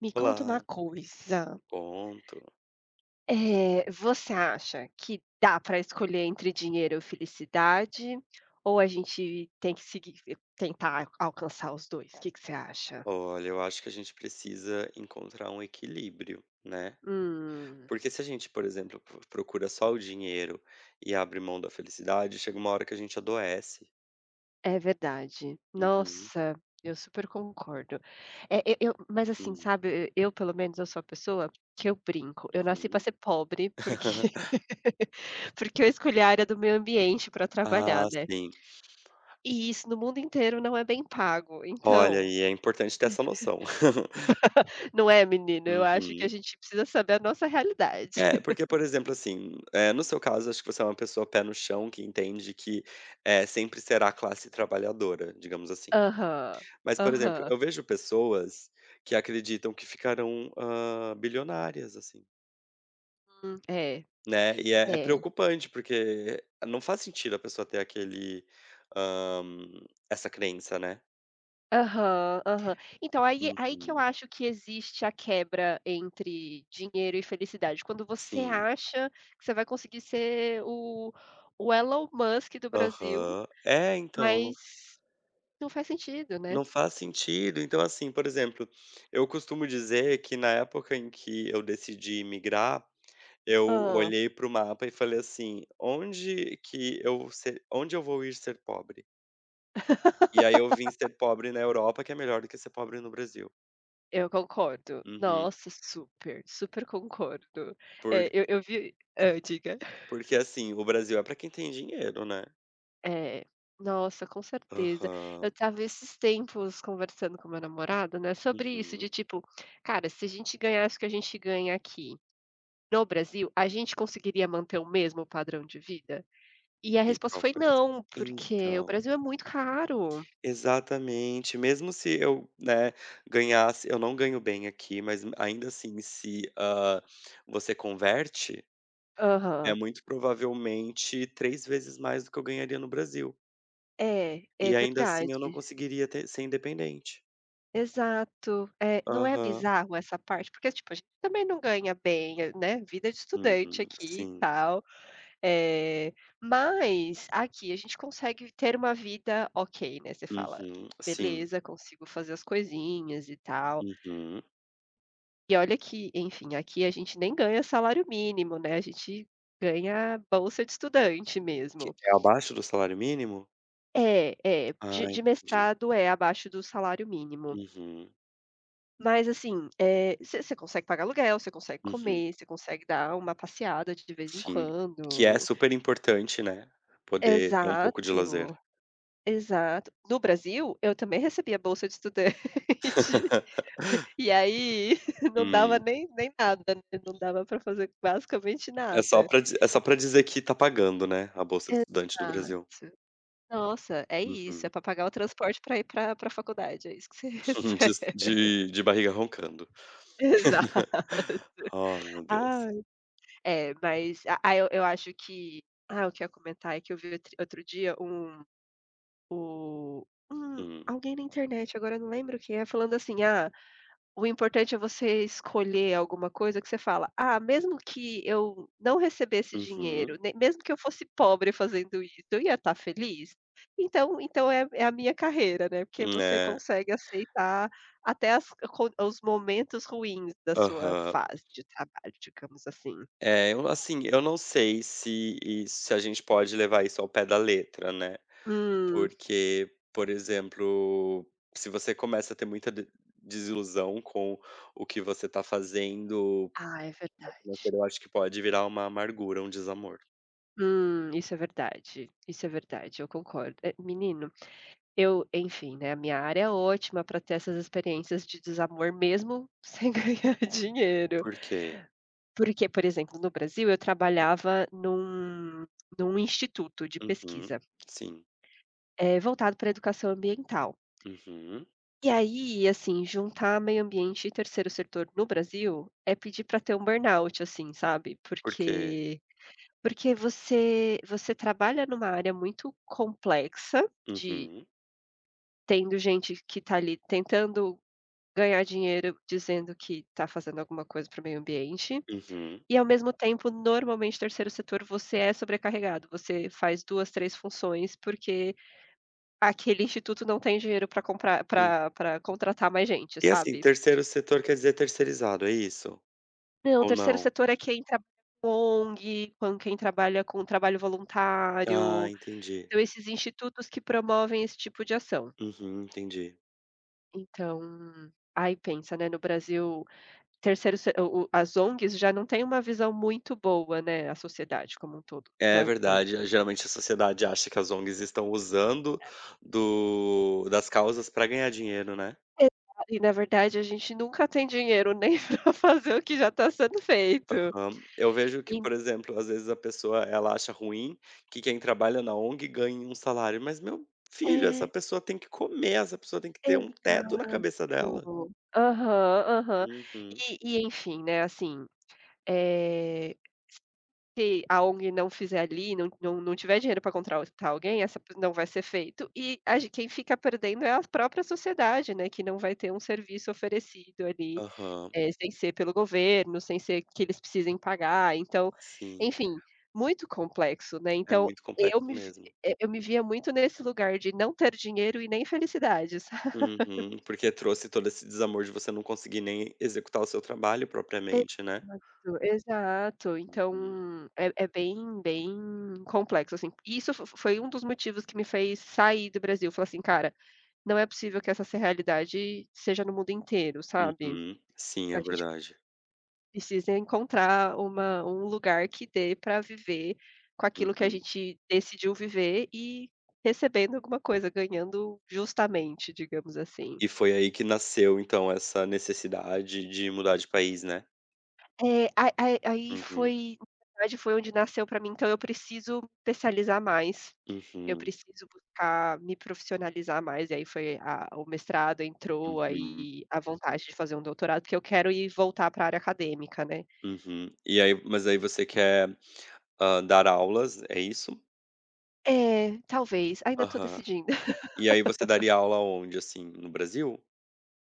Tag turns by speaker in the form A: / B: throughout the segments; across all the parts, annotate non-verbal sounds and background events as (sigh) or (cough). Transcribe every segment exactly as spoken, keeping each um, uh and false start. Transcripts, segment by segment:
A: Me conta uma
B: Olá,
A: coisa,
B: conto.
A: eh, você acha que dá para escolher entre dinheiro ou felicidade, ou a gente tem que seguir tentar alcançar os dois? Que que você acha?
B: Olha, eu acho que a gente precisa encontrar um equilíbrio, né?
A: Hum,
B: Porque se a gente, por exemplo, pro- procura só o dinheiro e abre mão da felicidade, chega uma hora que a gente adoece.
A: é verdade.
B: Uhum,
A: Nossa, eu super concordo. Eh, eu eu mas assim,
B: hum,
A: sabe, eu pelo menos eu sou a pessoa que eu brinco, eu nasci para
B: uhum.
A: ser pobre porque
B: (laughs)
A: (laughs) porque eu escolhi a área do meio ambiente para trabalhar,
B: Ah,
A: né.
B: sim.
A: E isso no mundo inteiro não é bem pago,
B: Olha,
A: então
B: e é importante ter essa noção. (laughs)
A: não é, menino? Eu acho que a
B: Uhum.
A: gente precisa saber a nossa realidade.
B: É, porque, por exemplo, assim, é, no seu caso, acho que você é uma pessoa pé no chão que entende que é, sempre será a classe trabalhadora, digamos assim.
A: Aham,
B: Mas, por exemplo,
A: aham.
B: eu vejo pessoas que acreditam que ficarão, hã, bilionárias, assim,
A: Hum, é,
B: né, e é é
A: é.
B: preocupante, porque não faz sentido a pessoa ter aquele, hã, essa crença, né.
A: Aham, aham. Então aí aí que eu
B: Uhum.
A: acho que existe a quebra entre dinheiro e felicidade, quando você
B: Sim.
A: acha que você vai conseguir ser o o Elon Musk do Brasil,
B: Aham. É, então, não
A: mas não faz sentido, né.
B: não faz sentido. Então, assim, por exemplo, eu costumo dizer que na época em que eu decidi migrar eu
A: Ah,
B: olhei para o mapa e falei assim: "Onde que eu se onde eu vou ir ser pobre?" E aí eu vim ser pobre na Europa, que é melhor do que ser pobre no Brasil.
A: eu concordo.
B: Uhum.
A: Nossa, super, super concordo.
B: Por
A: É, eu eu vi hã, diga.
B: Porque, assim, o Brasil é pra quem tem dinheiro, né.
A: É. Nossa, com certeza. Eu
B: Aham.
A: tava esses tempos conversando com meu namorado, né, sobre isso, de
B: Uhum.
A: tipo: "Cara, se a gente ganhasse o que a gente ganha aqui no Brasil, a gente conseguiria manter o mesmo padrão de vida?" E a
B: E
A: resposta
B: qual
A: foi:
B: foi a resp
A: "Não, porque o
B: Então,
A: Brasil é muito caro".
B: exatamente. Mesmo se eu, né, ganhasse eu não ganho bem aqui, mas ainda assim, se, hã, você converte, é
A: Aham.
B: muito provavelmente três vezes mais do que eu ganharia no Brasil.
A: É, é
B: E ainda assim eu
A: verdade.
B: não conseguiria ter ser independente.
A: Exato. É, não é
B: Aham.
A: bizarro essa parte? Porque, tipo, a gente também não ganha bem, eh, né, vida de estudante
B: Uhum.
A: aqui e
B: Sim.
A: tal. Eh, mas aqui a gente consegue ter uma vida ok, né, você fala:
B: Uhum, sim.
A: "Beleza, consigo fazer as coisinhas e tal".
B: Uhum.
A: E olha que, enfim, aqui a gente nem ganha salário mínimo, né, a gente ganha bolsa de estudante mesmo.
B: Que é abaixo do salário mínimo?
A: É, é,
B: Ah,
A: de de
B: entendi.
A: mestrado é abaixo do salário mínimo.
B: Uhum,
A: Mas assim, eh, você consegue pagar aluguel, você consegue
B: uhum,
A: comer, você consegue dar uma passeada de vez em
B: sim. Que é
A: quando.
B: super importante, né, poder ter um pouco de lazer.
A: Exato. Exato. No Brasil, eu também recebia bolsa de estudante, (laughs)
B: (laughs)
A: e aí (laughs) não dava
B: Hum,
A: nem nem nada, né, não dava para fazer basicamente
B: é só
A: nada.
B: pra di é só pra dizer que tá pagando, né, a bolsa de estudante do
A: Exato.
B: Brasil.
A: Nossa, é isso, é
B: Uhum.
A: para pagar o transporte para ir para pra faculdade, é isso que você (laughs)
B: (laughs) Diz
A: recebe.
B: de de barriga roncando. (laughs)
A: Exato.
B: Oh, meu Deus.
A: Ai. É, mas a ah, eu eu acho que ah, o que eu ia comentar é que eu vi outro outro dia um o um
B: Hum,
A: alguém na internet, agora eu não lembro quem é, falando assim: "Ah". O importante é você escolher alguma coisa que você fala: "Ah, mesmo que eu não recebesse
B: uhum.
A: dinheiro, ne mesmo que eu fosse pobre fazendo isso, eu ia estar feliz? Então então é é a minha carreira, né". Porque você
B: É.
A: consegue aceitar até as co os momentos ruins da sua
B: Aham.
A: fase de trabalho, digamos assim.
B: É, eu assim, eu não sei se se a gente pode levar isso ao pé da letra, né.
A: Hum.
B: Porque, por exemplo, se você começa a ter muita de desilusão com o que você tá fazendo
A: Ah, é verdade.
B: eu acho que pode virar uma amargura, um desamor.
A: Hum, isso é verdade, isso é verdade, eu concordo. Eh, menina, eu enfim, né, a minha área é ótima para ter essas experiências de desamor mesmo sem (laughs) ganhar dinheiro.
B: Por quê?
A: Porque, por exemplo, no Brasil eu trabalhava num num instituto de
B: Uhum.
A: pesquisa,
B: Sim.
A: eh, voltado pra educação ambiental.
B: Uhum.
A: E aí, assim, juntar meio ambiente e terceiro setor no Brasil é pedir para ter um burnout, assim, sabe,
B: Por quê?
A: porque porque você você trabalha numa área muito complexa de
B: Uhum.
A: tendo gente que está ali tentando ganhar dinheiro dizendo que está fazendo alguma coisa para o meio ambiente,
B: Uhum.
A: e ao mesmo tempo, normalmente terceiro setor você é sobrecarregado, você faz duas três funções, porque aquele instituto não tem dinheiro para comprar
B: En
A: para para contratar mais gente,
B: E assim,
A: sabe.
B: terceiro setor quer dizer terceirizado, é isso?
A: Não, o
B: Ou
A: terceiro
B: não?
A: setor é quem trabalha com O N G, com quem trabalha com trabalho
B: Ah,
A: voluntário,
B: entendi.
A: então esses institutos que promovem esse tipo de ação.
B: Uhum, entendi.
A: Então, aí pensa, né, no Brasil terceiro se o as O N Gs já não têm uma visão muito boa, né, a sociedade como um todo
B: É
A: da da
B: verdade, eh, geralmente a sociedade acha que as O N Gs estão usando do das causas para ganhar dinheiro, né?
A: exa e na verdade a gente nunca tem dinheiro nem (laughs) para fazer o que já está sendo feito.
B: Aham. Eu vejo que,
A: En
B: por exemplo, às vezes a pessoa ela acha ruim que quem trabalha na O N G ganhe um salário, mas meu filho, essa
A: é,
B: pessoa tem que comer, essa pessoa tem que ter um teto na
A: exato.
B: cabeça dela.
A: Aham, aham.
B: Uhum.
A: E e enfim, né, assim, eh, se a O N G não fizer ali, não não não tiver dinheiro para contratar alguém, essa pe não vai ser feito e a gen quem fica perdendo é a própria sociedade, né, que não vai ter um serviço oferecido ali
B: Aham.
A: é, sem ser pelo governo, sem ser que eles precisem pagar, então,
B: Sim,
A: enfim, muito complexo, né,
B: é
A: então
B: muito
A: eu
B: complexo
A: me vi
B: mesmo.
A: eh, eu me via muito nesse lugar de não ter dinheiro e nem felicidade, (laughs) sabe.
B: Uhum. Porque trouxe todo esse desamor de você não conseguir nem executar o seu trabalho propriamente, né.
A: Exato, exato, então
B: Uhum.
A: é é bem bem complexo, assim. E isso fo foi um dos motivos que me fez sair do Brasil, falar assim: "Cara, não é possível que essa se realidade seja no mundo inteiro", sabe.
B: Uhum. Sim,
A: A
B: é
A: gente
B: verdade.
A: precisa encontrar uma um lugar que dê para viver com aquilo que a
B: Uhum.
A: gente decidiu viver e recebendo alguma coisa, ganhando justamente, digamos assim.
B: E foi aí que nasceu, então, essa necessidade de mudar de país, né.
A: É, a a aí
B: Uhum.
A: foi na verdade foi onde nasceu para mim, então eu preciso me especializar mais, eu
B: Uhum.
A: preciso buscar me profissionalizar mais, e aí foi a o mestrado entrou,
B: Uhum,
A: aí a vontade de fazer um doutorado, porque eu quero ir voltar para a área acadêmica, né.
B: uhum. E aí mas aí você quer, hã, dar aulas, é isso?
A: É, talvez, ainda estou
B: Aham.
A: decidindo.
B: E aí você daria aula onde, assim, no Brasil?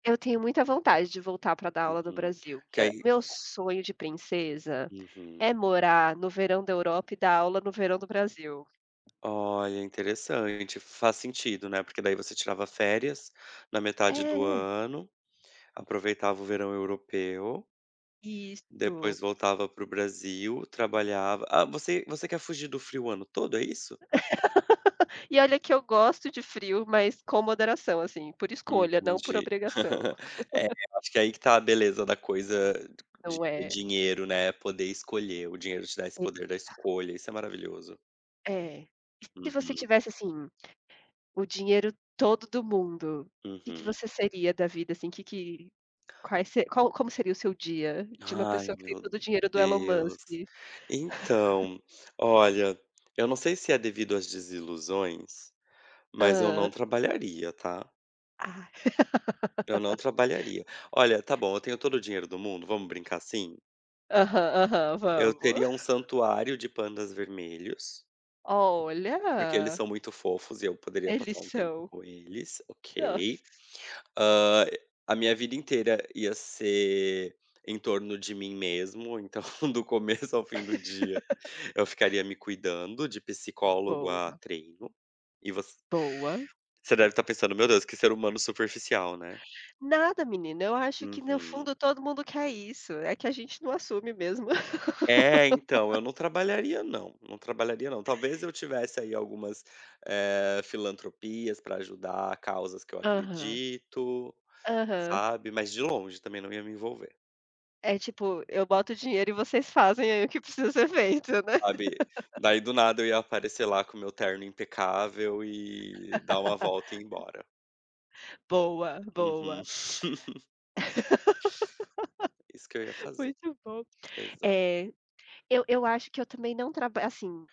A: Eu tenho muita vontade de voltar para dar aula no
B: Uhum.
A: Brasil.
B: Que
A: Eh,
B: aí
A: meu sonho de princesa é
B: uhum.
A: morar no verão da Europa e dar aula no verão do Brasil.
B: Olha, interessante. Faz sentido, né, porque daí você tirava férias na metade do
A: É,
B: ano, aproveitava o verão europeu,
A: isso.
B: depois voltava para o Brasil, trabalhava ah, você você quer fugir do frio o ano todo, é isso?
A: E olha que eu gosto de frio, mas com moderação, assim, por escolha, não por
B: Entendi.
A: obrigação.
B: (laughs) É, eu acho que aí que tá a beleza da coisa de
A: Não
B: ter
A: é
B: dinheiro, né, poder escolher, o dinheiro te dá esse poder da escolha, isso é maravilhoso.
A: é. E se você
B: Uhum,
A: tivesse, assim, o dinheiro todo do mundo, o que que
B: uhum.
A: você seria da vida, assim? Que que quais se qual como seria o seu dia de uma
B: Ai,
A: pessoa que tem
B: meu
A: todo o dinheiro do Elon
B: Deus.
A: Musk?
B: Então, olha, eu não sei se é devido às desilusões, mas eu não trabalharia, tá.
A: Ah.
B: Eu não trabalharia. Olha, tá bom, eu tenho todo o dinheiro do mundo, vamos brincar assim?
A: Aham, aham,
B: Eu
A: vamos.
B: teria um santuário de pandas vermelhos. Porque eles
A: Olha,
B: são muito fofos e eu poderia
A: eles
B: passar um tempo
A: são
B: com eles, ok.
A: nossa,
B: Hã, a minha vida inteira ia ser em torno de mim mesmo, então (laughs) do começo ao fim do dia eu ficaria me cuidando, de psicólogo a
A: boa,
B: treino. E você
A: boa.
B: você deve estar pensando: "Meu Deus, que ser humano superficial, né".
A: Nada menina, eu acho que no
B: Uhum.
A: fundo todo mundo quer isso, é que a gente não assume mesmo. (laughs)
B: É, então, eu não trabalharia não, não trabalharia não. Talvez eu tivesse aí algumas, eh, filantropias para ajudar causas que eu
A: Aham,
B: acredito.
A: aham.
B: Sabe, mas de longe também não ia me envolver,
A: É tipo, eu boto dinheiro e vocês fazem aí o que precisa ser feito, né.
B: sabe. Daí do nada eu ia aparecer lá com meu terno impecável e dar uma volta
A: (laughs)
B: e ir embora.
A: Boa,
B: Uhum.
A: boa.
B: (laughs)
A: (laughs)
B: Isso que eu ia fazer,
A: Muito bom.
B: exato.
A: É, eu eu acho que eu também não trabalho assim,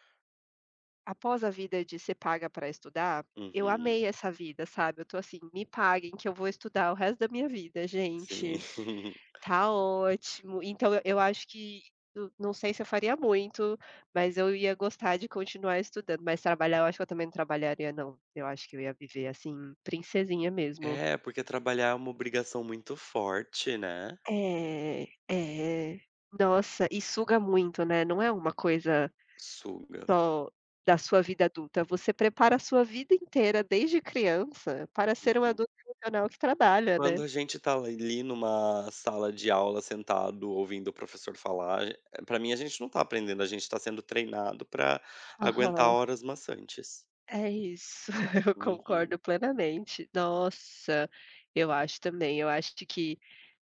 A: após a vida de ser paga para estudar, eu
B: Uhum,
A: amei essa vida, sabe. Eu tô assim: "Me paguem que eu vou estudar o resto da minha vida, gente,
B: sim. (laughs)
A: tá ótimo". Então eu eu acho que eu não sei se eu faria muito, mas eu ia gostar de continuar estudando, mas trabalhar eu acho que eu também não trabalharia não. Eu acho que eu ia viver assim, princesinha mesmo.
B: É, porque trabalhar é uma obrigação muito forte, né.
A: É, é. Nossa, e suga muito, né, não é uma coisa
B: Suga.
A: só da sua vida adulta, você prepara a sua vida inteira desde criança para ser um
B: Uhum.
A: adulto funcional que trabalha,
B: Quando
A: né.
B: a gente tá ali numa sala de aula sentado ouvindo o professor falar, ge pra mim a gente não tá aprendendo, a gente tá sendo treinado pra aguentar
A: Aham.
B: horas maçantes.
A: É isso, (laughs) eu concordo
B: Uhum.
A: plenamente. Nossa, eu acho também, eu acho que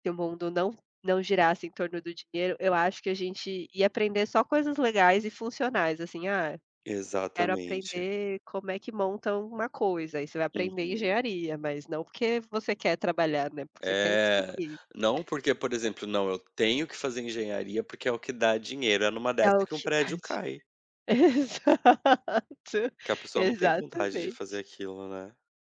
A: se o mundo não não girasse em torno do dinheiro, eu acho que a gente ia aprender só coisas legais e funcionais, assim, ah, quero
B: Exatamente.
A: aprender como é que montam uma coisa, aí você vai aprender
B: Uhum.
A: engenharia, mas não porque você quer trabalhar, né, porque você quer
B: É,
A: descobrir.
B: não porque, por exemplo, não, eu tenho que fazer engenharia porque é o que dá dinheiro. É numa
A: É
B: dessa
A: o
B: que um
A: que tá
B: prédio
A: de
B: cai,
A: (laughs) exato,
B: que a pessoa não tem vontade de
A: exatamente.
B: fazer aquilo, né.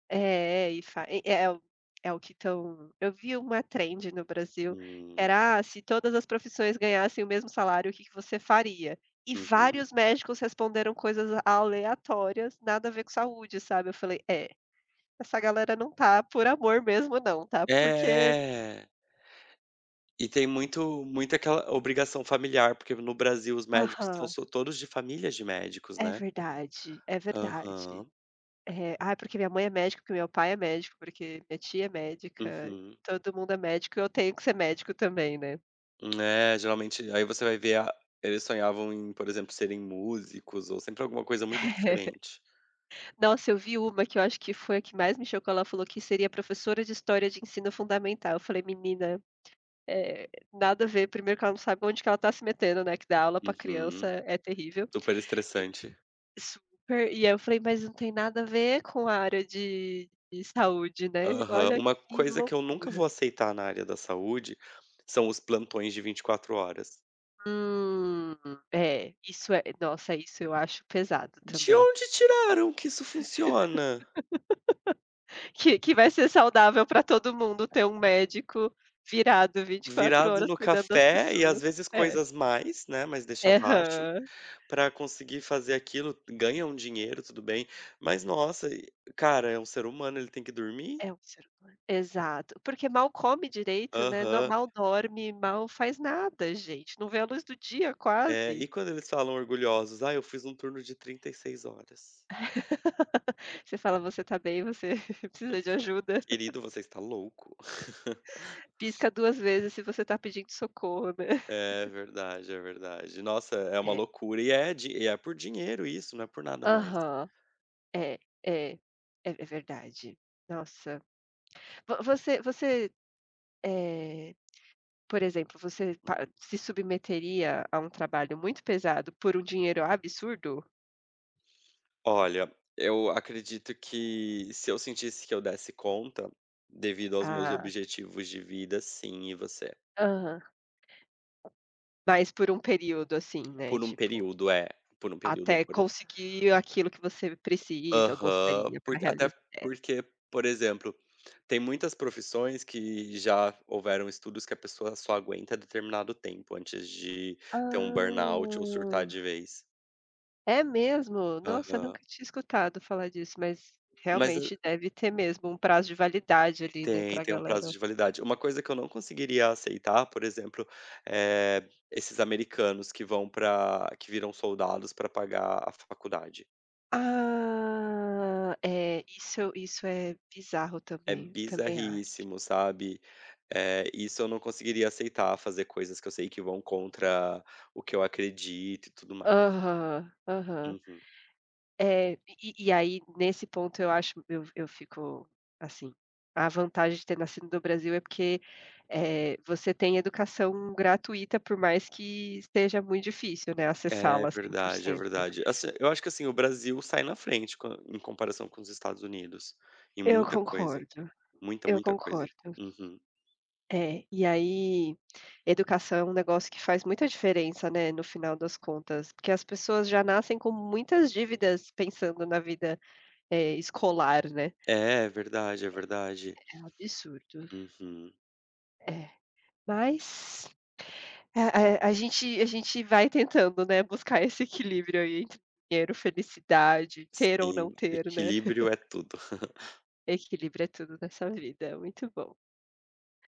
A: É, e fa e é é o é o que estão eu vi uma trend no Brasil,
B: Hum,
A: era: "Ah, se todas as profissões ganhassem o mesmo salário, o que que você faria?". E
B: uhum.
A: vários médicos responderam coisas aleatórias, nada a ver com saúde, sabe. Eu falei: "É, essa galera não tá por amor mesmo não, tá porque".
B: É, e tem muito muito aquela obrigação familiar, porque no Brasil os médicos são
A: Aham.
B: so todos de famílias de médicos,
A: É
B: né.
A: verdade, é verdade.
B: Aham.
A: É, ai, porque minha mãe é médica, porque meu pai é médico, porque minha tia é médica,
B: Uhum.
A: todo mundo é médico, eu tenho que ser médico também, né.
B: É, geralmente aí você vai ver a eles sonhavam em, por exemplo, serem músicos ou sempre alguma coisa muito
A: (laughs)
B: diferente.
A: Nossa, eu vi uma que eu acho que foi a que mais me chocou, ela falou que seria professora de história de ensino fundamental, eu falei: "Menina, eh, nada a ver", primeiro que ela não sabe onde que ela está se metendo, né, que dar aula pra criança
B: Uhum.
A: é terrível.
B: Super estressante.
A: E super, e aí eu falei: "Mas não tem nada a ver com a área de de saúde, né,
B: Aham.
A: olha
B: Uma
A: que
B: coisa que eu nunca
A: loucura".
B: vou aceitar na área da saúde são os plantões de vinte e quatro horas.
A: Hum, é, isso é nossa, isso eu acho pesado
B: De
A: também.
B: onde tiraram que isso funciona?
A: Que que vai ser saudável para todo mundo ter um médico virado vinte e quatro
B: Virado
A: horas
B: no
A: cuidando das
B: café e às
A: pessoas.
B: vezes
A: É.
B: coisas mais, né, mas deixa
A: É,
B: abaixo,
A: aham.
B: pra conseguir fazer aquilo, ganha um dinheiro, tudo bem, mas nossa, e cara, é um ser humano, ele tem que dormir?
A: É um ser humano. Exato. Porque mal come direito, né, no
B: Aham.
A: mal dorme, mal faz nada, gente. Não vê a luz do dia
B: Eh,
A: quase.
B: e quando eles falam orgulhosos: "Ah, eu fiz um turno de trinta e seis horas".
A: Você fala: "Você tá bem? Você (laughs) precisa de ajuda?"
B: Querido, você está louco. (laughs)
A: Pisca duas vezes se você tá pedindo socorro, né.
B: É verdade, é verdade. Nossa, é uma
A: É.
B: loucura e é di e é por dinheiro isso, não é por nada mais.
A: Aham. É, é, é é verdade. Nossa, vo você você, eh, por exemplo, você pa
B: Hum.
A: se submeteria a um trabalho muito pesado por um dinheiro absurdo?
B: Olha, eu acredito que se eu sentisse que eu desse conta, devido aos meus
A: Ah,
B: objetivos de vida, sim, e você?
A: aham. Mas por um período, assim, né,
B: Por um
A: tipo,
B: período, é. Por um período,
A: até
B: por
A: conseguir aquilo que você precisa ou
B: aham.
A: gostaria para
B: Porque até
A: realizar. É.
B: porque, por exemplo, tem muitas profissões que já houveram estudos que a pessoa só aguenta determinado tempo antes de ter um burnout ou surtar
A: Ah,
B: de vez.
A: é mesmo? Nossa, eu
B: Aham.
A: nunca tinha escutado falar disso, mas
B: Mas
A: realmente deve ter mesmo um prazo de validade ali, né,
B: Tem,
A: pra
B: tem um
A: galera.
B: prazo de validade. Uma coisa que eu não conseguiria aceitar, por exemplo, eh, esses americanos que vão para que viram soldados para pagar a faculdade.
A: Ah, é, isso isso é bizarro
B: É
A: também, também acho.
B: bizarríssimo, sabe. Eh, isso eu não conseguiria aceitar, fazer coisas que eu sei que vão contra o que eu acredito e tudo mais.
A: Aham, aham.
B: Uhum.
A: É, e e e aí nesse ponto eu acho eu eu fico assim, a vantagem de ter nascido no Brasil é porque, eh, você tem educação gratuita, por mais que esteja muito difícil, né,
B: É
A: acessá-la
B: verdade, é
A: cem por cento.
B: verdade. Assim, eu acho que, assim, o Brasil sai na frente quan em comparação com os Estados Unidos, em
A: Eu
B: muita coisa,
A: concordo,
B: muita,
A: eu
B: muita coisa.
A: concordo.
B: Uhum.
A: É, e aí, educação é um negócio que faz muita diferença, né, no final das contas, porque as pessoas já nascem com muitas dívidas pensando na vida, eh, escolar, né.
B: É é verdade, é verdade.
A: É um absurdo.
B: Uhum.
A: É, mas a a a gente a gente vai tentando, né, buscar esse equilíbrio aí entre dinheiro, felicidade, ter ou não
B: Sim,
A: ter, né.
B: equilíbrio é tudo. (laughs)
A: (laughs) Equilíbrio é tudo nessa vida, muito bom.